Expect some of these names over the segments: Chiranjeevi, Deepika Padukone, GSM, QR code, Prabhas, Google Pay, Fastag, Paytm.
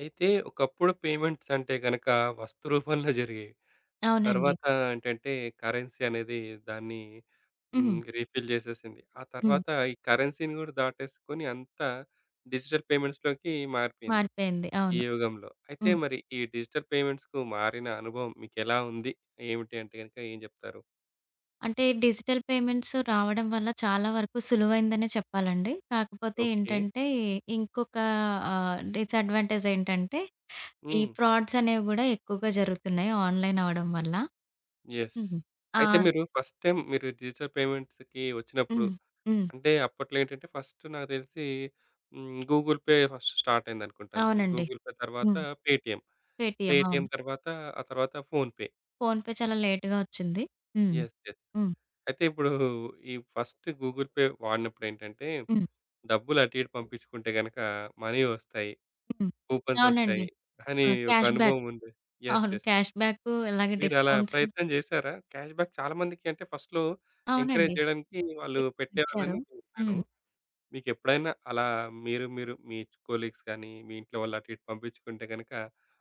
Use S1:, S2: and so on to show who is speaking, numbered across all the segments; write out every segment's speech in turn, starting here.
S1: అయితే ఒకప్పుడు పేమెంట్స్ అంటే గనక వస్తు రూపంలో జరిగేవి. ఆ
S2: అవునండి.
S1: తర్వాత ఏంటంటే కరెన్సీ అనేది దాన్ని
S2: హ్మ్.
S1: హ్మ్. రీఫిల్ చేసేసింది. ఆ
S2: హ్మ్.
S1: తర్వాత ఈ కరెన్సీని కూడా దాటేసుకొని అంతా డిజిటల్ పేమెంట్స్‌లోకి మారిపోయింది
S2: మారిపోయింది.
S1: ఈ
S2: అవును.
S1: యుగంలో. అయితే
S2: హ్మ్.
S1: మరి ఈ డిజిటల్ పేమెంట్స్‌కు మారిన అనుభవం మీకెలా ఉంది? ఏమిటి అంటే గనక ఏం చెప్తారు?
S2: అంటే డిజిటల్ పేమెంట్స్ రావడం వల్ల చాలా వరకు సులువైందనే చెప్పాలండి. కాకపోతే
S1: ఓకే.
S2: ఏంటంటే ఇంకొక డిసడ్వాంటేజ్ ఏంటంటే ఈ
S1: హ్మ్.
S2: ఫ్రాడ్స్ అనేవి గూడా ఎక్కువగా జరుగుతున్నాయి ఆన్‌లైన్ అవ్వడం వల్ల.
S1: యెస్.
S2: హుహు. ఆ!
S1: అయితే మీరు ఫస్ట్ టైమ్ మీరు డిజిటల్ పేమెంట్స్‌కి వచ్చినప్పుడు
S2: హ్మ్. హ్మ్.
S1: అంటే అప్పట్లో ఏంటంటే ఫస్ట్ నాకు తెలిసి హ్మ్. గూగుల్ పే ఫస్ట్ స్టార్ట్ అయిందనుకుంటా అంతే.
S2: అవునండి.
S1: గూగుల్ పే తర్వాత
S2: హ్మ్.
S1: పేటీఎం.
S2: పేటీఎం
S1: పేటీఎం
S2: అవును.
S1: తర్వాత ఆ తర్వాత ఫోన్‌పే.
S2: ఫోన్‌పే చాలా లేట్‌గా వచ్చింది. హ్మ్.
S1: యెస్. యెస్.
S2: హ్మ్.
S1: అయితే ఇప్పుడు ఈ ఫస్ట్ గూగుల్ పే వాడినప్పుడేంటంటే
S2: హ్మ్.
S1: డబ్బులు అటు ఇటు పంపించుకుంటే గనక మనీ వస్తాయి.
S2: హ్మ్.
S1: కూపన్స్
S2: అవునండి.
S1: వస్తాయి అని
S2: ఆ!
S1: ఒక
S2: క్యాష్ బ్యాక్.
S1: అనుభవం ఉంది. యెస్.
S2: అవును.
S1: యెస్.
S2: క్యాష్ బ్యాకు ఇలాగే
S1: మీరలా
S2: డిస్కౌంట్స్
S1: ప్రయత్నం చేశారా? క్యాష్‌బ్యాక్ చాలా మందికి అంటే ఫస్ట్‌లో ఎంకరేజ్
S2: అవునండి.
S1: చేయడానికి వాళ్ళు పెట్టేవాళ్ళని
S2: ఇచ్చారు.
S1: నేను విన్నాను.
S2: హ్మ్.
S1: మీకెప్పుడైనా అలా మీరు మీ కొలీగ్స్ కానీ, మీ ఇంట్లో వాళ్ళు అటు ఇటు పంపించుకుంటే గనక,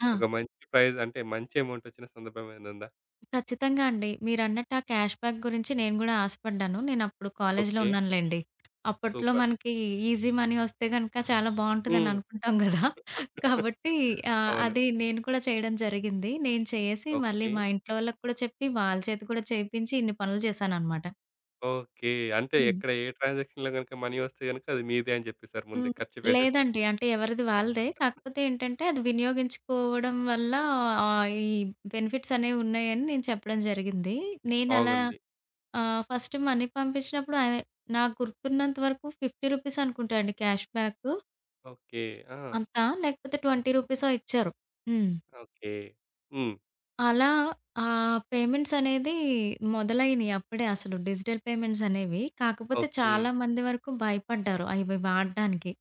S2: ఆ!
S1: ఒక మంచి ప్రైజ్ అంటే మంచి అమౌంట్ వచ్చిన సందర్భం ఏమైనా ఉందా?
S2: ఖచ్చితంగా అండి. మీరన్నట్టు ఆ క్యాష్ బ్యాక్ గురించి నేను గూడా ఆశపడ్డాను. నేనప్పుడు కాలేజీలో
S1: ఓకే.
S2: ఉన్నానులెండి. అప్పట్లో
S1: సూపర్.
S2: మనకి ఈజీ మనీ వస్తే గనక చాలా బావుంటదని
S1: హ్మ్.
S2: అనుకుంటాం గదా! కాబట్టి
S1: అవును.
S2: అది నేను కూడా చేయడం జరిగింది. నేను చేసి మళ్ళీ
S1: ఓకే.
S2: మా ఇంట్లో వాళ్ళకి కూడా చెప్పి వాళ్ళ చేత కూడా చేపించి ఇన్ని పనులు చేశాననమాట.
S1: ఓకే. అంటే
S2: హ్మ్.
S1: ఎక్కడ ఏ ట్రాన్సాక్షన్‌లో గనుక మనీ వస్తే గనుక అది మీదే అని చెప్పేసారు ముందే.
S2: హ్మ్.
S1: ఖర్చు చేసేసారు.
S2: లేదండి. అంటే ఎవరిది వాళ్ళదే. కాకపోతే ఏంటంటే అది వినియోగించుకోవడం వల్ల ఈ బెనిఫిట్స్ అనేవి ఉన్నాయని నేను చెప్పడం జరిగింది. నేనలా
S1: బాగుంది.
S2: ఫస్ట్ మనీ పంపించినప్పుడు నాకు గుర్తున్నంత వరకు రూ. 50 అనుకుంటా అండి క్యాష్ బ్యాకు.
S1: ఓకే. ఆ!
S2: అంతా లేకపోతే రూ. 20 ఇచ్చారు. హ్మ్.
S1: ఓకే. హ్మ్.
S2: అలా ఆ పేమెంట్స్ అనేది మొదలైనయి అప్పుడే అసలు డిజిటల్ పేమెంట్స్ అనేవి. కాకపోతే
S1: ఓకే.
S2: చాలా మంది వరకు భయపడ్డారు అవి వాడడానికి.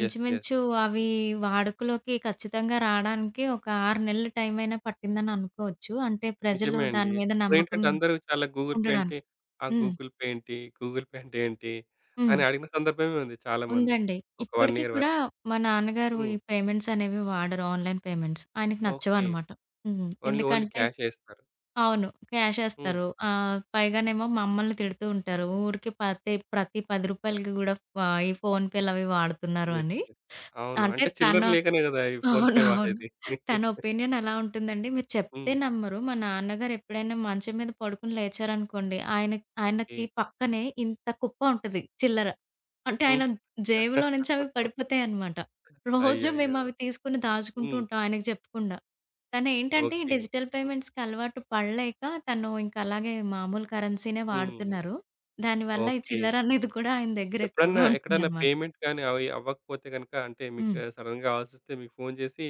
S1: యెస్. యెస్.
S2: ఇంచుమించు అవి వాడుకలోకి ఖచ్చితంగా రాడానికి ఒక 6 నెలలు టైమైనా పట్టిందని అనుకోవచ్చు. అంటే ప్రజలు
S1: నిజమే అండి.
S2: దాని మీద నమ్మకం
S1: అప్పుడేంటంటే అందరూ చాలా గూగుల్ పే అంటే,
S2: ఉండడానికి.
S1: ఆ
S2: హ్మ్.
S1: గూగుల్ పే ఏంటి? గూగుల్ పే అంటే ఏంటి?
S2: హ్మ్.
S1: అని అడిగిన సందర్భమే ఉంది చాలామంది.
S2: ఉందండి.
S1: ఒక 1
S2: ఇప్పటికి
S1: ఇయర్
S2: కూడా
S1: వరకు.
S2: మా నాన్నగారు
S1: హ్మ్.
S2: ఈ పేమెంట్స్ అనేవి వాడరు. Online payments. ఆయనకి
S1: ఓకే.
S2: నచ్చవనమాట. హ్మ్.
S1: ఓన్లీ
S2: ఎందుకంటే
S1: క్యాషే ఇస్తారు.
S2: అవును.
S1: హ్మ్.
S2: క్యాషేస్తారు. పైగానేమో మమ్మల్ని తిడుతూ ఉంటారు. ఊరికే ప్రతి రూ. 10కి కూడా ఈ ఫోన్‌పే‌లవి వాడుతున్నారు
S1: యెస్.
S2: అని.
S1: యెస్. అవును.
S2: అంటే
S1: అంటే చిల్లర
S2: తను
S1: లేకనే గదా! ఈ ఫోన్ పే
S2: అవునవును.
S1: వాడేది.
S2: తన ఒపీనియన్ ఎలా ఉంటుందండి, మీరు చెప్తే
S1: హ్మ్.
S2: నమ్మరు. మా నాన్నగారు ఎప్పుడైనా మంచం మీద పడుకొని లేచారనుకోండి,
S1: ఓకే.
S2: ఆయనకి పక్కనే ఇంత కుప్ప ఉంటది చిల్లర. అంటే
S1: హ్మ్.
S2: ఆయన జేబులో నుంచి అవి పడిపోతాయన్నమాట. రోజు
S1: అయ్యయ్యో!
S2: మేమవి తీసుకొని దాచుకుంటూ
S1: హ్మ్.
S2: ఉంటాం ఆయనకి చెప్పకుండా. తనేంటంటే ఈ
S1: ఓకే.
S2: డిజిటల్ పేమెంట్స్‌కి అలవాటు పడలేక తను ఇంక అలాగే మామూలు కరెన్సీనే
S1: హ్మ్.
S2: వాడుతున్నారు. దానివల్ల ఈ
S1: ఓకే.
S2: చిల్లర అనేది కూడా ఆయన దగ్గర
S1: ఎప్పుడన్నా
S2: ఎక్కువగా
S1: ఎక్కడన్నా
S2: ఉంటుందన్నమాట.
S1: పేమెంట్ గాని అవి అవ్వకపోతే గనుక అంటే మీకు
S2: హ్మ్.
S1: సడెన్‌గా కావాల్సొస్తే మీకు ఫోను చేసి,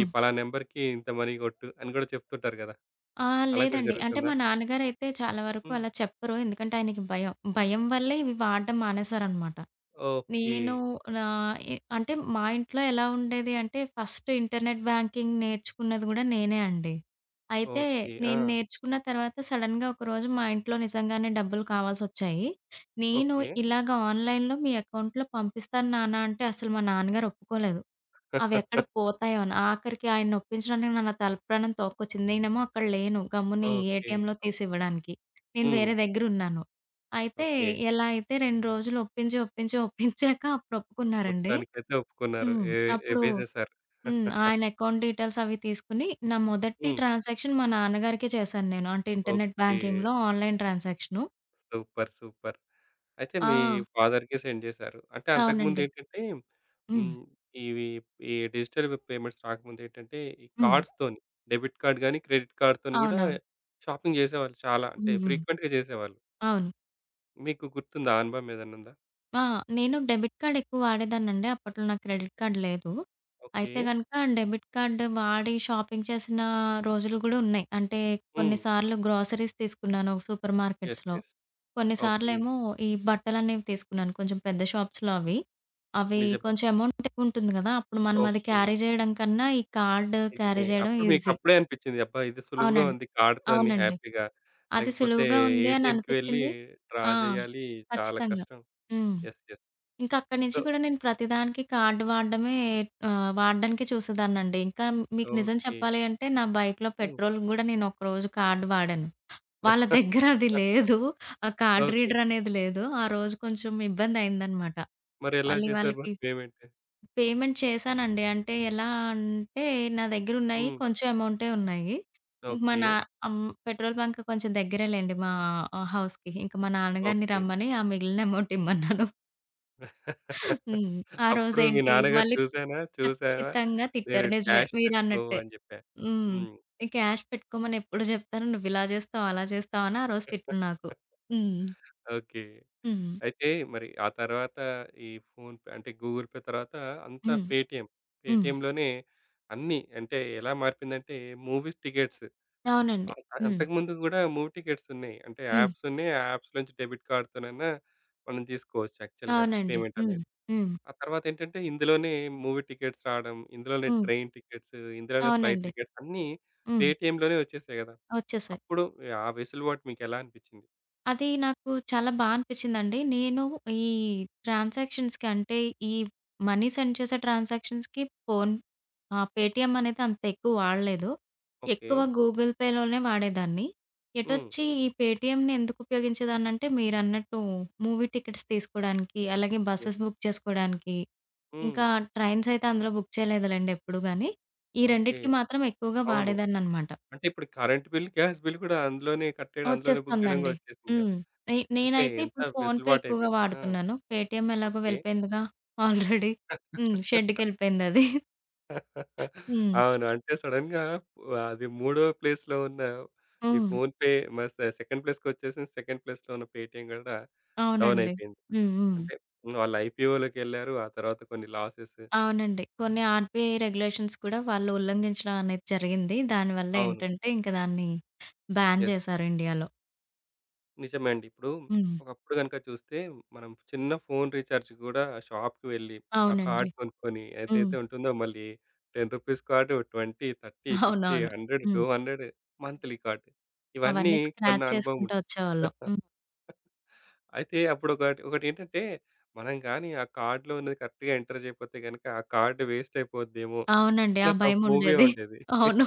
S1: ఈ పలానా నంబర్‌కి ఇంత మనీ కొట్టు అని గూడా చెప్తుంటారు గదా!
S2: ఆ!
S1: అలా కూడా
S2: లేదండి. అంటే
S1: జరుగుతుందా?
S2: మా నాన్నగారైతే చాలా వరకు
S1: హ్మ్.
S2: అలా చెప్పరు. ఎందుకంటే ఆయనకి భయం. భయం వల్లే ఇవి వాడడం మానేశారనమాట.
S1: ఓకే.
S2: నేను నా అంటే మా ఇంట్లో ఎలా ఉండేది అంటే ఫస్ట్ ఇంటర్నెట్ బ్యాంకింగ్ నేర్చుకున్నది గూడా నేనే అండి. అయితే
S1: ఓకే. ఆ!
S2: నేను నేర్చుకున్న తర్వాత సడెన్‌గా ఒకరోజు మా ఇంట్లో నిజంగానే డబ్బులు కావాల్సొచ్చాయి. నేను
S1: ఓకే.
S2: ఇలాగ ఆన్‌లైన్‌లో మీ అకౌంట్‌లో పంపిస్తాను నాన్న అంటే అసలు మా నాన్నగారు ఒప్పుకోలేదు. అవెక్కడ పోతాయోని. ఆఖరికి ఆయనొప్పించడానికి నా తలప్రాణం తోక్కొచ్చింది. నేనేమో అక్కడ లేను. గమ్ముని
S1: ఓకే.
S2: ఏటీఎంలో తీసివ్వడానికి. నేను
S1: హ్మ్.
S2: వేరే దగ్గరున్నాను. అయితే
S1: ఓకే.
S2: ఎలా అయితే 2 రోజులు ఒప్పించి, ఒప్పించి, ఒప్పించాక అప్పుడు ఒప్పుకున్నారండి.
S1: మొత్తానికైతే ఒప్పుకున్నారు.
S2: హ్మ్.
S1: ఏ ఏ
S2: అప్పుడు
S1: వేసేసారు.
S2: హ్మ్. ఆయన అకౌంట్ డీటెయిల్స్ అవి తీసుకొని నా మొదటి
S1: హ్మ్.
S2: ట్రాన్సాక్షన్ మా నాన్నగారికే చేశాను నేను. అంటే ఇంటర్నెట్
S1: ఓకే.
S2: బ్యాంకింగ్‌లో ఆన్‌లైన్ ట్రాన్సాక్షను.
S1: సూపర్. సూపర్. అయితే
S2: ఆ!
S1: మీ ఫాదర్‌కే సెండ్ చేశారు. అంటే
S2: అవునండి.
S1: అంతకుముందేంటంటే
S2: హ్మ్.
S1: హ్మ్. ఇవి ఈ డిజిటల్ పేమెంట్స్ రాకముందేంటంటే ఈ
S2: హ్మ్.
S1: కార్డ్స్‌తోని డెబిట్ కార్డ్ గాని, క్రెడిట్ కార్డ్‌తోని గూడా
S2: అవునవును.
S1: షాపింగ్ చేసేవాళ్ళు చాలా. అంటే
S2: హ్మ్. హ్మ్.
S1: ఫ్రీక్వెంట్‌గా చేసేవాళ్ళు.
S2: అవును.
S1: మీకు గుర్తుందా? ఆ అనుభవం ఏదన్నుందా?
S2: ఆ! నేను డెబిట్ కార్డ్ ఎక్కువ వాడేదాన్నండి. అప్పట్లో నాకు క్రెడిట్ కార్డ్ లేదు.
S1: ఓకే.
S2: అయితే గనక డెబిట్ కార్డ్ వాడి షాపింగ్ చేసిన రోజులు గూడా ఉన్నాయి. అంటే
S1: హ్మ్.
S2: కొన్నిసార్లు గ్రోసరీస్ తీసుకున్నాను సూపర్
S1: యెస్.
S2: మార్కెట్స్‌లో.
S1: యెస్. ఓకే.
S2: కొన్నిసార్లేమో ఈ బట్టలనేవి తీసుకున్నాను కొంచెం పెద్ద షాప్స్‌లో అవి. అవి
S1: నిజమే.
S2: కొంచెం అమౌంట్ ఎక్కువుంటుంది గదా! అప్పుడు మనం అది
S1: ఓకే.
S2: క్యారీ జేయడం కన్నా ఈ కార్డ్
S1: నిజమే.
S2: క్యారీ జేయడం
S1: అప్పుడు
S2: ఈజీ.
S1: మీకప్పుడే అనిపిచ్చింది. అబ్బా! ఇది సులువుగా
S2: అవునండి.
S1: ఉంది కార్డ్‌తోని
S2: అవునండి.
S1: హ్యాపీగా.
S2: అది
S1: లేకపోతే
S2: సులువుగా ఉంది అని
S1: ఏటీఎంకి వెళ్ళి
S2: అనిపిచ్చింది.
S1: డ్రా
S2: ఆ!
S1: జేయాలి. చాలా
S2: ఖచ్చితంగా.
S1: కష్టం.
S2: హ్మ్.
S1: యెస్. యెస్.
S2: ఇంకా అక్కడి
S1: సో
S2: నుంచి కూడా నేను ప్రతిదానికి కార్డ్ వాడడమే వాడడానికే చూసేదాన్నండి. ఇంకా మీకు నిజం
S1: ఓకే.
S2: చెప్పాలి అంటే నా బైక్‌లో
S1: హ్మ్.
S2: పెట్రోల్‌కి గూడా నేను ఒకరోజు కార్డ్ వాడాను. వాళ్ళ దగ్గర అది లేదు. ఆ కార్డ్
S1: ఓకే.
S2: రీడర్ అనేది లేదు. ఆ రోజు కొంచెం ఇబ్బందయిందనమాట.
S1: మరెలా
S2: మళ్ళీ
S1: చేశారు
S2: వాళ్ళకి
S1: మరి పేమెంట్?
S2: పేమెంట్ చేశానండి. అంటే ఎలా అంటే నా దగ్గరున్నాయి
S1: హ్మ్.
S2: కొంచెం అమౌంటే ఉన్నాయి. ఇంక మా
S1: ఓకే.
S2: నా ఆహ్, పెట్రోల్ బంక్ కొంచెం దగ్గరేలెండి మా హౌస్‌కి. ఇంక మా నాన్నగారిని
S1: ఓకే.
S2: రమ్మని ఆ మిగిలిన అమౌంట్ ఇమ్మన్నాను. హ్మ్. ఆ
S1: అప్పుడు మీ
S2: రోజేంటి
S1: నాన్నగారు
S2: మళ్ళీ
S1: చూసానా చూసావా
S2: ఖచ్చితంగా
S1: నేను
S2: తిట్టారు. నిజమే
S1: క్యాష్ పెట్టుకో
S2: మీరన్నట్టే.
S1: అని జెప్పా.
S2: హ్మ్.
S1: హ్మ్.
S2: ఈ క్యాష్ పెట్టుకోమని ఎప్పుడు జెప్తాను. నువ్విలా జేస్తావు, అలా జేస్తావు అని ఆ రోజు తిట్లు నాకు. హ్మ్.
S1: ఓకే.
S2: హ్మ్.
S1: అయితే మరి ఆ తర్వాత ఈ ఫోన్‌పే అంటే గూగుల్ పే తర్వాత అంతా
S2: హ్మ్.
S1: పేటీఎం.
S2: హ్మ్.
S1: పేటీఎంలోనే అన్నీ అంటే ఎలా మారిపోయిందంటే మూవీస్ టికెట్స్
S2: అవునండి.
S1: అంత
S2: హ్మ్.
S1: అంతకుముందు గూడా మూవీ టికెట్స్ ఉన్నాయి. అంటే
S2: హ్మ్.
S1: యాప్స్ ఉన్నాయి. ఆ యాప్స్ నుంచి డెబిట్ కార్డ్‌తోనైనా మనం తీసుకోవచ్చు యాక్చువల్‌గా
S2: అవునండి.
S1: పేమెంట్
S2: హ్మ్.
S1: అనేది.
S2: హ్మ్.
S1: ఆ తర్వాతేంటంటే ఇందులోనే మూవీ టికెట్స్ రావడం, ఇందులోనే
S2: హ్మ్.
S1: ట్రైన్ టికెట్స్, ఇందులోనే ఫ్లైట్
S2: అవునండి.
S1: టికెట్స్ అన్నీ
S2: హ్మ్.
S1: పేటీఎంలోనే వచ్చేసాయి గదా!
S2: ఒచ్చేసాయి.
S1: అప్పుడు ఆ వెసులుబాటు మీకెలా అనిపిచ్చింది?
S2: అది నాకు చాలా బా అనిపిచ్చిందండి. నేను ఈ ట్రాన్సాక్షన్స్‌కి అంటే, ఈ మనీ సెండ్ చేసే ట్రాన్సాక్షన్స్‌కి పేటీఎం అనేది అంత ఎక్కువ వాడలేదు.
S1: ఓకే.
S2: ఎక్కువ గూగుల్ పేలోనే వాడేదాన్ని.
S1: హ్మ్.
S2: ఎటొచ్చి ఈ పేటీఎంని ఎందుకు ఉపయోగించేదాన్నంటే, మీరన్నట్టు మూవీ టికెట్స్ తీసుకోడానికి, అలాగే బసెస్
S1: యెస్.
S2: బుక్ చేసుకోడానికి,
S1: హ్మ్.
S2: ఇంకా ట్రైన్స్ అయితే అందులో బుక్ చేయలేదులెండి ఎప్పుడు గాని. ఈ
S1: ఓకే.
S2: రెండిటికి మాత్రం ఎక్కువగా
S1: అవును.
S2: వాడేదాన్ననమాట.
S1: అంటే ఇప్పుడు కరెంట్ బిల్, గ్యాస్ బిల్ గూడా అందులోనే కట్టేయడం, అందులోనే బుక్ జేయడం
S2: వచ్చేస్తుందండి.
S1: గూడా వచ్చేసింది గదా!
S2: హ్మ్.
S1: అంటే
S2: నేనైతే
S1: ఎంత
S2: ఇప్పుడు ఫోన్‌పే ఎక్కువగా
S1: వెసులుబాటయిపోయింది. ఆ!
S2: వాడుతున్నాను. పేటీఎం ఎలాగో
S1: ఓకే.
S2: వెళ్ళిపోయిందిగా ఆల్రెడీ. హ్మ్. షెడ్‌కెళ్ళిపోయిందది. హ్మ్.
S1: అవును. అంటే సడెన్‌గా అది మూడో ప్లేస్‌లో ఉన్న ఈ
S2: హ్మ్.
S1: ఫోన్‌పే మ సె సెకండ్ ప్లేస్‌కొచ్చేసింది. సెకండ్ ప్లేస్‌లో ఉన్న పేటీఎం కూడా డౌన్
S2: అవునండి.
S1: అయిపోయింది.
S2: హ్మ్. హ్మ్.
S1: అంటే వాళ్ళు ఐపీఓలోకెళ్లారు. ఆ తర్వాత కొన్ని లాసెస్
S2: అవునండి. కొన్ని ఆర్‌బీఐ రెగ్యులేషన్స్ కూడా వాళ్ళు ఉల్లంఘించడం అనేది జరిగింది. దానివల్ల
S1: అవును.
S2: ఏంటంటే ఇంక దాన్ని బ్యాన్
S1: యెస్.
S2: చేశారు ఇండియాలో.
S1: నిజమే అండి. ఇప్పుడు
S2: హ్మ్.
S1: ఒకప్పుడు గనుక చూస్తే మనం చిన్న ఫోన్ రీచార్జ్ కూడా షాప్‌కి వెళ్లి ఆ
S2: అవునండి.
S1: కార్డ్ కొనుక్కొని
S2: హ్మ్.
S1: ఎంతైతే ఉంటుందో మళ్ళీ రూ. 10 కార్డ్ 20, 30, 50,
S2: అవునవును.
S1: 100,
S2: హ్మ్.
S1: 200 మంత్లీ కార్డ్ ఇవన్నీ
S2: అవన్నీ
S1: కొన్న
S2: స్క్రాచ్
S1: అనుభవం
S2: చేసుకుంటూ వచ్చేవాళ్ళం. హ్మ్.
S1: అయితే అప్పుడొకటి ఒకటేంటంటే, మనం గాని ఆ కార్డ్‌లో ఉన్నది కరెక్ట్‌గా ఎంటర్ చేయకపోతే గనక, ఆ కార్డ్ వేస్ట్ అయిపోద్దేమో
S2: అవునండి. ఆ
S1: అనొక ఫోబియా
S2: భయముండేది.
S1: ఉండేది.
S2: అవును.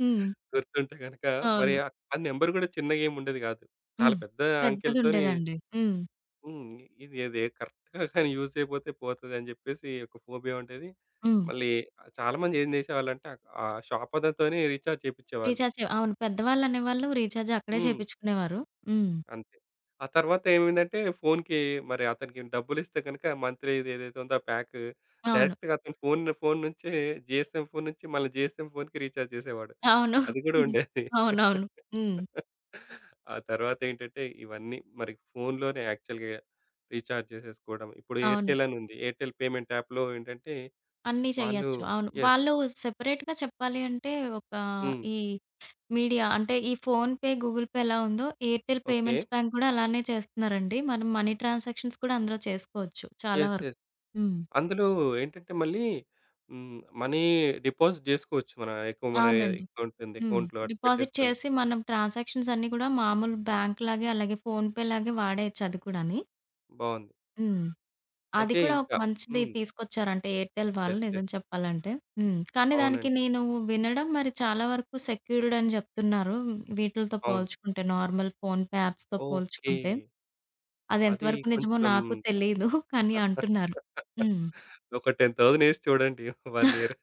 S2: హ్మ్.
S1: గుర్తుంటే గనక మరి
S2: అవును.
S1: ఆ నంబర్ గూడా చిన్నగేముండేది గాదు. చాలా
S2: హ్మ్.
S1: పెద్ద అంకెలతోని
S2: పెద్దదుండేదండి. హ్మ్.
S1: హ్మ్. ఇది ఇది కరెక్ట్‌గా కానీ యూజ్ చేయకపోతే పోతదని జెప్పేసి ఒక ఫోబియా ఉండేది.
S2: హ్మ్.
S1: మళ్ళీ చాలా మంది ఏం జేసేవాళ్ళంటే, ఆ షాపతనితోనే రీచార్జ్ చేపిచ్చేవాళ్ళు.
S2: రీచార్జ్ చే అవును. పెద్దవాళ్ళనేవాళ్ళు రీచార్జ్ అక్కడే
S1: హ్మ్.
S2: చేపిచ్చుకునేవారు. హ్మ్.
S1: అంతే. ఆ తర్వాత ఏమైందంటే ఫోన్‌కి మరి అతనికి డబ్బులిస్తే గనుక మంత్లీది ఏదైతే ఉందో ఆ ప్యాకు
S2: అవును.
S1: డైరెక్ట్‌గా అతని ఫోన్ ఫోన్ నుంచే జీఎస్ఎమ్ ఫోన్ నుంచి మళ్ళీ జీఎస్ఎమ్ ఫోన్‌కి రీచార్జ్ చేసేవాడు.
S2: అవును.
S1: అది గూడా ఉండేది.
S2: అవునవును. హ్మ్.
S1: ఆ తర్వాతేంటంటే ఇవన్నీ మరి ఫోన్‌లోనే యాక్చువల్‌గా రీచార్జ్ చేసేసుకోవడం. ఇప్పుడు
S2: అవును.
S1: ఎయిర్‌టెల్ అనుంది. ఎయిర్‌టెల్ పేమెంట్ యాప్‌లో ఏంటంటే
S2: అన్నీ
S1: వాళ్ళు
S2: చెయ్యొచ్చు. అవును.
S1: యెస్.
S2: వాళ్ళు సెపరేట్‌గా చెప్పాలి అంటే ఒక
S1: హ్మ్.
S2: ఈ మీడియా అంటే ఈ ఫోన్‌పే, గూగుల్ పే ఎలా ఉందో ఎయిర్‌టెల్
S1: ఓకే.
S2: పేమెంట్స్ బ్యాంక్ కూడా అలానే చేస్తున్నారండి. మనం మనీ ట్రాన్సాక్షన్స్ కూడా అందులో చేసుకోవచ్చు చాలా
S1: యెస్.
S2: వరకు.
S1: యెస్.
S2: హ్మ్.
S1: అందులో ఏంటంటే మళ్ళీ హ్మ్. మనీ డిపాజిట్ జేసుకోవచ్చు. మన ఎక్కువ మన
S2: అవునండి.
S1: అకౌంట్ ఉంది.
S2: హ్మ్.
S1: అకౌంట్‌లో అట్లా
S2: డిపాజిట్
S1: పెట్టేసుకొని.
S2: చేసి మనం ట్రాన్సాక్షన్స్ అన్నీ కూడా మామూలు బ్యాంక్‌లాగే అలాగే ఫోన్‌పే లాగే వాడేయొచ్చు అది కూడాని.
S1: బావుంది.
S2: హ్మ్. అది
S1: అయితే
S2: కూడా ఒక
S1: ఇంకా
S2: మంచిది
S1: హ్మ్.
S2: తీసుకొచ్చారంటే ఎయిర్‌టెల్ వాళ్ళు
S1: యెస్.
S2: నిజం
S1: యెస్.
S2: చెప్పాలంటే. హ్మ్. కానీ దానికి
S1: అవునండి.
S2: నేను వినడం మరి చాలా వరకు సెక్యూర్డ్ అని చెప్తున్నారు. వీటిలతో
S1: అవును.
S2: పోల్చుకుంటే నార్మల్ ఫోన్‌పే యాప్స్‌తో
S1: ఓకే.
S2: పోల్చుకుంటే. అది
S1: అది
S2: ఎంతవరకు నిజమో
S1: కొంచెం
S2: నాకు తెలీదు. కానీ అంటున్నారు. హ్మ్.
S1: ఒక 10,000 ఎసి చూడండి 1 ఇయర్.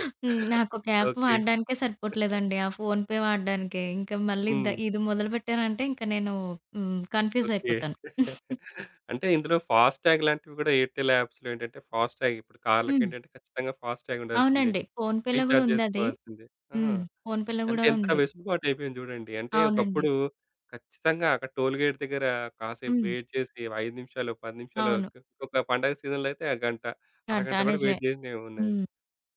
S2: హ్మ్. నాకొక యాప్
S1: ఓకే.
S2: వాడడానికే సరిపోవట్లేదండి. ఆ ఫోన్‌పే వాడడానికే. ఇంకా మళ్ళీ
S1: హ్మ్.
S2: ఇది మొదలుపెట్టానంటే ఇంక నేను హ్మ్. Confuse
S1: okay.
S2: అయిపోతాను.
S1: అంటే ఇందులో ఫాస్టాగ్ లాంటివి గూడా ఎయిర్‌టెల్ యాప్స్‌లో ఏంటంటే ఫాస్టాగ్ ఇప్పుడు
S2: హ్మ్.
S1: కార్లకేంటంటే ఖచ్చితంగా ఫాస్టాగ్ ఉండాల్సిందే.
S2: అవునండి. ఫోన్‌పేలో గూడా
S1: రీచార్జ్
S2: ఉందది.
S1: జేసుకోవాల్సిందే. ఆ!
S2: హ్మ్. ఫోన్‌పేలో
S1: అంటే
S2: గూడా
S1: ఎంత
S2: ఉంది.
S1: వెసులుబాటు అయిపోయింది చూడండి. అంటే
S2: అవునండి.
S1: ఒకప్పుడు ఖచ్చితంగా అక్కడ టోల్‌గేట్ దగ్గర కాసేపు
S2: హ్మ్.
S1: వెయిట్ చేసి 5 నిమిషాలు, 10 నిమిషాలు
S2: అవును.
S1: ఒక పండగ సీజన్‌లో అయితే ఆ గంట,
S2: ఆ!
S1: అరగంట కూడా
S2: నిజమే.
S1: వెయిట్ చేసినవి ఉన్నాయి.
S2: హ్మ్.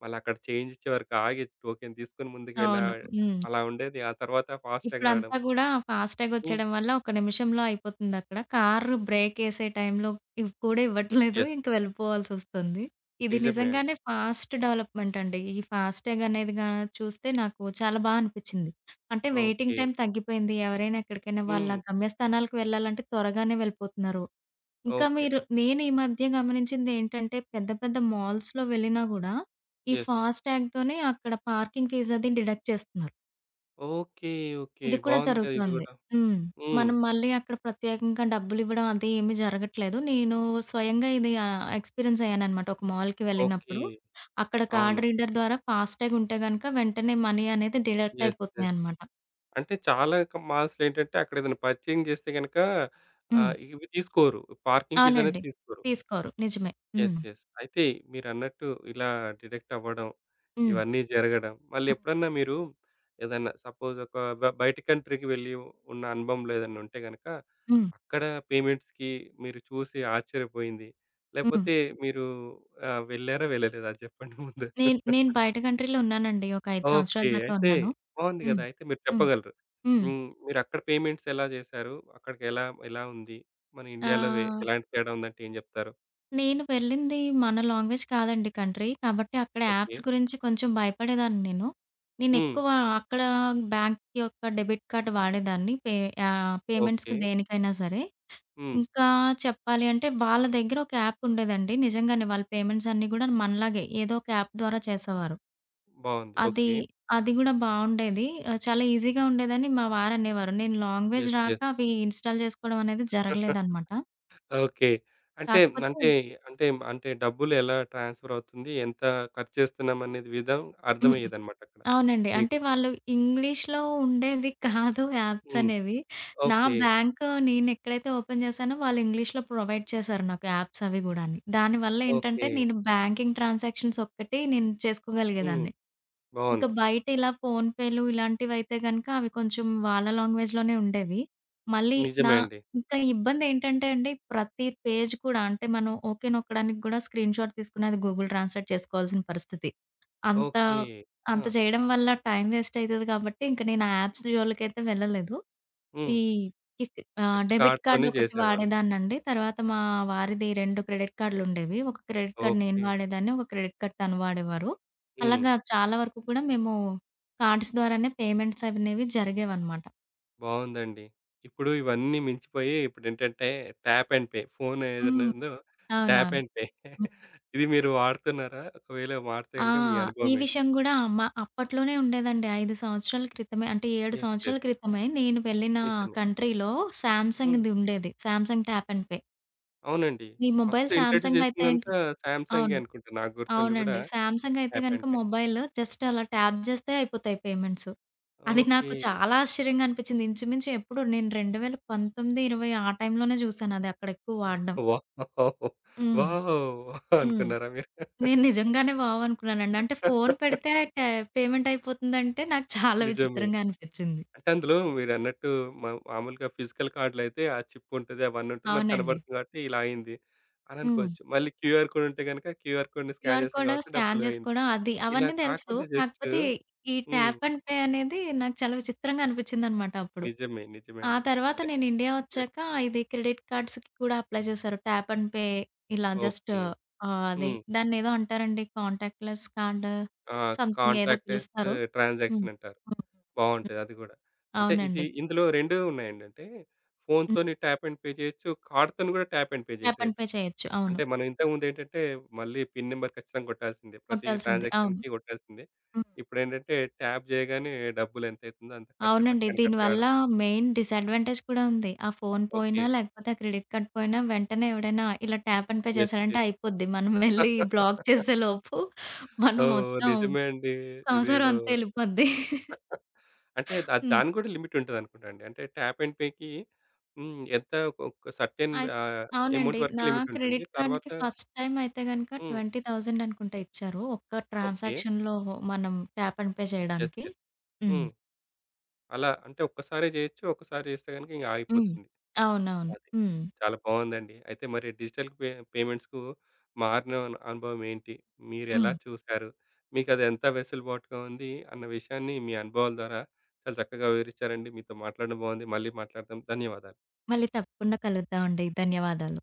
S1: మళ్ళీ అక్కడ చేంజ్ ఇచ్చే వరకు ఆగి టోకెన్ తీసుకొని ముందుకు వెళ్ళా
S2: అవును. హ్మ్.
S1: అలా ఉండేది. ఆ తర్వాత ఫాస్టాగ్ రావడం.
S2: ఇప్పుడంతా గూడా ఫాస్ట్‌టాగ్
S1: హ్మ్.
S2: వచ్చేయడం వల్ల ఒక నిమిషంలో అయిపోతుందక్కడ. కారు బ్రేకేసే టైంలో కూడా ఇవ్వట్లేదు.
S1: యెస్.
S2: ఇంక వెళ్ళిపోవాల్సొస్తుంది. ఇది
S1: నిజమే అండి.
S2: నిజంగానే ఫాస్ట్ డెవలప్‌మెంట్ అండి. ఈ ఫాస్ట్‌టాగ్ అనేది గా చూస్తే నాకు చాలా బా అనిపిచ్చింది. అంటే వెయిటింగ్
S1: ఓకే.
S2: టైమ్ తగ్గిపోయింది. ఎవరైనా ఎక్కడికైనా వాళ్ళ
S1: హ్మ్.
S2: గమ్యస్థానాలకు వెళ్ళాలంటే త్వరగానే వెళ్ళిపోతున్నారు. ఇంకా
S1: ఓకే.
S2: మీరు నేను ఈ మధ్య గమనించిందేంటంటే పెద్ద పెద్ద మాల్స్‌లో వెళ్ళినా గూడా ఈ
S1: యెస్.
S2: ఫాస్ట్‌టాగ్‌తోనే అక్కడ పార్కింగ్ ఫీజది డిడక్ట్ చేస్తున్నారు.
S1: ఓకే. ఓకే.
S2: ఇది కూడా
S1: బాగుంది కదా! ఇది
S2: జరుగుతుంది.
S1: కూడా.
S2: హ్మ్.
S1: హ్మ్.
S2: మనం మళ్ళీ అక్కడ ప్రత్యేకంగా డబ్బులివ్వడం అది ఏమీ జరగట్లేదు. నేను స్వయంగా ఇది ఎక్స్‌పీరియన్స్ అయ్యాననమాట. ఒక మాల్‌కి
S1: ఓకే.
S2: వెళ్ళినప్పుడు అక్కడ
S1: అవును.
S2: కార్డ్ రీడర్ ద్వారా ఫాస్ట్‌టాగ్ ఉంటే గనక వెంటనే మనీ అనేది డిడక్ట్
S1: యెస్. యెస్.
S2: అయిపోతున్నాయనమాట.
S1: అంటే చాలా క మాల్స్‌లేంటంటే అక్కడేదైనా పర్చేయింగ్ చేస్తే గనక
S2: హ్మ్.
S1: ఆహ్, ఇవి తీసుకోరు. పార్కింగ్ ఫీజ్ అనేది
S2: అవునండి.
S1: తీసుకోరు.
S2: తీసుకోరు. నిజమే.
S1: యెస్.
S2: హ్మ్.
S1: యెస్. అయితే మీరన్నట్టు ఇలా డిడక్ట్ అవ్వడం,
S2: హ్మ్.
S1: ఇవన్నీ జరగడం, మళ్ళీ
S2: హ్మ్.
S1: ఎప్పుడన్నా మీరు ఏదన్నా సపోజ్ ఒక బ బయటి కంట్రీకి వెళ్ళి ఉన్న అనుభవంలో ఏదన్నా ఉంటే గనక,
S2: హ్మ్.
S1: అక్కడ పేమెంట్స్‌కి మీరు చూసి ఆశ్చర్యపోయింది.
S2: హ్మ్.
S1: లేకపోతే మీరు ఆహ్, వెళ్లారా? వెళ్ళలేదా? అది చెప్పండి ముందు.
S2: నేను నేను బయట కంట్రీలో ఉన్నానండి. ఒక 5 సంవత్సరాల
S1: ఓకే.
S2: దాకా
S1: అయితే
S2: ఉన్నాను.
S1: బావుంది గదా!
S2: హ్మ్.
S1: అయితే మీరు
S2: హ్మ్.
S1: చెప్పగలరు.
S2: హ్మ్.
S1: హ్మ్. మీరక్కడ పేమెంట్స్ ఎలా జేశారు? అక్కడికెలా ఎలా ఎలా ఉంది? మన ఇండియాలో వె
S2: ఆహ్
S1: ఎలాంటి తేడా ఉందంటే ఏం జెప్తారు?
S2: నేను వెళ్ళింది మన లాంగ్వేజ్ కాదండి కంట్రీ. కాబట్టి అక్కడ
S1: ఓకే.
S2: యాప్స్ గురించి కొంచెం భయపడేదాన్ని నేను.
S1: హ్మ్.
S2: నేనెక్కువ అక్కడ బ్యాంక్ యొక్క డెబిట్ కార్డ్ వాడేదాన్ని.
S1: ఓకే.
S2: పేమెంట్స్‌కి దేనికైనా సరే.
S1: హ్మ్.
S2: ఇంకా చెప్పాలి అంటే వాళ్ళ దగ్గర ఒక యాప్ ఉండేదండి. నిజంగానే వాళ్ళ పేమెంట్స్ అన్నీ గూడా మనలాగే ఏదో ఒక యాప్ ద్వారా చేసేవారు.
S1: బావుంది.
S2: అది,
S1: ఓకే.
S2: అది గూడా బావుండేది. చాలా ఈజీగా ఉండేదని మా వారనేవారు. నేను లాంగ్వేజ్
S1: యెస్.
S2: రాక
S1: యెస్.
S2: అవి ఇన్‌స్టాల్ చేసుకోవడం అనేది జరగలేదనమాట.
S1: ఓకే. అంటే,
S2: కాకపోతే
S1: అంటే, అంటే డబ్బులు ఎలా ట్రాన్స్‌ఫర్ అవుతుంది? ఎంత ఖర్చు చేస్తున్నాం అనేది విధం
S2: హ్మ్.
S1: అర్థమయ్యేదన్నమాట అక్కడ
S2: అవునండి.
S1: మీకు.
S2: అంటే వాళ్ళు ఇంగ్లీష్‌లో ఉండేది కాదు యాప్స్
S1: హ్మ్.
S2: అనేవి. నా
S1: ఓకే.
S2: బ్యాంక్ నేనెక్కడైతే ఓపెన్ చేశానో వాళ్ళు ఇంగ్లీష్‌లో ప్రొవైడ్ చేశారు నాకు యాప్స్ అవి గూడాని. దానివల్ల
S1: ఓకే.
S2: ఏంటంటే నేను బ్యాంకింగ్ ట్రాన్సాక్షన్స్ ఒక్కటి నేను
S1: హ్మ్.
S2: చేసుకోగలిగేదాన్ని. ఇంకా
S1: బావుంది.
S2: బయట ఇలా ఫోన్‌పేలు ఇలాంటివైతే గనక అవి కొంచెం వాళ్ళ లాంగ్వేజ్‌లోనే ఉండేవి. మళ్ళీ నా
S1: నిజమే అండి.
S2: ఇంకా ఇబ్బందేంటంటే అండి ప్రతి పేజ్ కూడా అంటే మనం ఓకే నొక్కడానికి గూడా స్క్రీన్‌షాట్ తీసుకుని అది గూగుల్ ట్రాన్స్‌లేట్ చేసుకోవాల్సిన పరిస్థితి. అంత
S1: ఓకే. ఆ!
S2: అంత చేయడం వల్ల టైం వేస్ట్ అయితది కాబట్టి ఇంక నేను ఆ యాప్స్ జోలికైతే వెళ్ళలేదు.
S1: హ్మ్.
S2: ఈ ఆ!
S1: జస్ట్
S2: డెబిట్ కార్డ్
S1: కార్డ్‌తోనే
S2: ఒకటి
S1: చేసేవాళ్ళు.
S2: వాడేదాన్నండి. తర్వాత మా వారిది 2 క్రెడిట్ కార్డ్‌లుండేవి. ఒక క్రెడిట్ కార్డ్ నేను
S1: ఓకే.
S2: వాడేదాన్ని. ఒక క్రెడిట్ కార్డ్ తను వాడేవారు.
S1: హ్మ్.
S2: అలాగా చాలా వరకు కూడా మేము కార్డ్స్ ద్వారానే పేమెంట్స్ అనేవి జరిగేవన్నమాట.
S1: బావుందండి. ఇప్పుడు ఇవన్నీ మించిపోయి ఇప్పుడేంటంటే ట్యాప్ అండ్ పే ఫోన్ ఏదైనా
S2: హ్మ్.
S1: ఉందో ట్యాప్
S2: అవునవును.
S1: And pay.
S2: హ్మ్.
S1: ఇది మీరు వాడుతున్నారా? ఒకవేళ వాడితే
S2: ఆ!
S1: గనుక మీ
S2: ఈ
S1: అనుభవం ఏంటి?
S2: విషయం గూడా మా అప్పట్లోనే ఉండేదండి. 5 సంవత్సరాల క్రితమే అంటే 7
S1: యెస్.
S2: సంవత్సరాల
S1: యెస్.
S2: క్రితమే నేను వెళ్ళిన
S1: నిజమే.
S2: కంట్రీలో
S1: హ్మ్.
S2: సామ్‌సంగ్‌ది ఉండేది. Samsung tap and pay.
S1: అవునండి.
S2: మీ మొబైల్
S1: ఫస్ట్ ఇంట్రొడ్యూస్
S2: సామ్‌సంగ్ అయితే
S1: చేసిందంతా సామ్‌సంగే
S2: అవును.
S1: అనుకుంటా నాకు గుర్తుండి కూడా
S2: అవునండి. సామ్‌సంగ్ అయితే
S1: ట్యాప్
S2: గనక
S1: అండ్ పే.
S2: మొబైల్ జస్ట్ అలా ట్యాప్ జేస్తే అయిపోతాయి పేమెంట్స్. అది
S1: ఓకే.
S2: నాకు చాలా ఆశ్చర్యంగా అనిపించింది. ఇంచుమించు ఎప్పుడు నేను 2019, 20 ఆ టైంలోనే చూసాను అది అక్కడ ఎక్కువ వాడడం.
S1: వావ్!
S2: హ్మ్.
S1: వావ్!
S2: హ్మ్.
S1: అనుకున్నారా మీరు?
S2: నేను నిజంగానే వావ్ అనుకున్నానండి. అంటే ఫోన్ పెడితే పేమెంట్ అయిపోతుందంటే నాకు చాలా
S1: నిజమే.
S2: విచిత్రంగా అనిపించింది.
S1: అంటే అందులో మీరన్నట్టు మా మామూలుగా ఫిజికల్ కార్డ్‌లయితే ఆ చిప్ ఉంటది. అవన్నీ ఉంటది. మనకు
S2: అవునండి.
S1: కనబడుతుంది కాబట్టి ఇలా అయింది అని
S2: హ్మ్.
S1: అనుకోవచ్చు. మళ్ళీ క్యూఆర్ కోడ్ ఉంటే గనుక క్యూఆర్ కోడ్‌ని స్కాన్
S2: క్యూఆర్
S1: చేసాం
S2: కోడ్
S1: కాబట్టి
S2: స్కాన్
S1: డబ్బులు అయింది.
S2: చేసుకోవడం అది.
S1: ఇలా
S2: అవన్నీ తెలుసు.
S1: కాకుండా జస్ట్
S2: కాకపోతే ఈ
S1: హ్మ్.
S2: ట్యాప్ అండ్ పే అనేది నాకు చాలా విచిత్రంగా అనిపించిందనమాట అప్పుడు.
S1: నిజమే. నిజమే
S2: ఆ
S1: అండి.
S2: తర్వాత నేను ఇండియా
S1: జస్ట్
S2: వచ్చాక ఇది క్రెడిట్ కార్డ్స్‌కి కూడా అప్లై చేశారు. ట్యాప్ అండ్ పే ఇలా జస్ట్
S1: ఓకే.
S2: అది
S1: హ్మ్.
S2: దాన్నేదో అంటారండి. కాంటాక్ట్‌లెస్ కార్డ్
S1: ఆ!
S2: సంథింగ్ ఏదో
S1: కాంటాక్ట్‌లెస్
S2: పిలుస్తారు. హ్మ్.
S1: ట్రాన్సాక్షన్ అంటారు.
S2: హ్మ్. హ్మ్.
S1: బావుంటది అది గూడా. అంటే ఇది
S2: అవునండి.
S1: ఇందులో 2 ఉన్నాయండి. అంటే
S2: హ్మ్.
S1: ఫోన్‌తోని ట్యాప్ అండ్ పే చేయొచ్చు. కార్డ్‌తోని కూడా tap and pay
S2: tap and pay
S1: చేసేయొచ్చు.
S2: చేయొచ్చు. అవును.
S1: అంటే మనం ఇంతకుముందేంటంటే, మళ్ళీ పిన్ నంబర్ ఖచ్చితంగా కొట్టాల్సిందే. ప్రతి
S2: కొట్టాల్సింది. అవును. హ్మ్.
S1: ట్రాన్సాక్షన్‌కి కొట్టాల్సిందే. ఇప్పుడేంటంటే, ట్యాప్ జేయగానే డబ్బులెంతైతుందో అంత కట్
S2: అవునండి.
S1: టక్కని కట్
S2: దీనివల్ల
S1: కావడం.
S2: మెయిన్ డిసడ్వాంటేజ్ కూడా ఉంది. ఆ ఫోను
S1: ఓకే.
S2: పోయినా, లేకపోతే ఆ క్రెడిట్ కార్డ్ పోయినా, వెంటనే ఎవడైనా ఇలా ట్యాప్ అండ్ పే
S1: యెస్.
S2: చేశాడంటే
S1: యెస్.
S2: అయిపోద్ది. మనం వెళ్లి
S1: ఓహ్!
S2: బ్లాక్ చేసేలోపు మనం మొత్తం
S1: నిజమే అండి.
S2: సంవత్సరం
S1: ఇదేదో
S2: అంతా ఎళ్ళిపోద్ది.
S1: అంటే దా
S2: హ్మ్.
S1: దానికి గూడా లిమిటుంటదనుకుంటా అండి. అంటే ట్యాప్ అండ్ పేకి హ్మ్. ఎంత ఒక సర్టెన్
S2: అయి
S1: ఆహ్,
S2: అవునండి.
S1: అమౌంట్ వరకే లిమిటుంటుంది.
S2: క్రెడిట్
S1: తర్వాత
S2: కార్డ్‌కి ఫస్ట్ టైమ్ అయితే గనక
S1: హ్మ్.
S2: 20,000 అనుకుంటా ఇచ్చారు. ఒక్క
S1: ఓకే.
S2: ట్రాన్సాక్షన్‌లో మనం ట్యాప్ అండ్ పే
S1: యెస్.
S2: చేయడానికి.
S1: యెస్.
S2: హ్మ్.
S1: హ్మ్. అలా అంటే ఒక్కసారే జేయొచ్చు. ఒక్కసారి జేస్తే గనుక ఇంక
S2: హ్మ్.
S1: ఆగిపోతుంది.
S2: అవునవును.
S1: అదే.
S2: హ్మ్.
S1: చాలా బావుందండి. అయితే మరి డిజిటల్ పే పేమెంట్స్‌కు మారిన అను అనుభవం ఏంటి? మీరెలా
S2: హ్మ్.
S1: చూసారు? మీకది ఎంత వెసులుబాటుగా ఉంది? అన్న విషయాన్ని మీ అనుభవాల ద్వారా చాలా చక్కగా వివరిచ్చారండి. మీతో మాట్లాడడం బాగుంది. మళ్ళీ మాట్లాడదాం. ధన్యవాదాలు.
S2: మళ్ళీ తప్పకుండా కలుద్దామండి. ధన్యవాదాలు.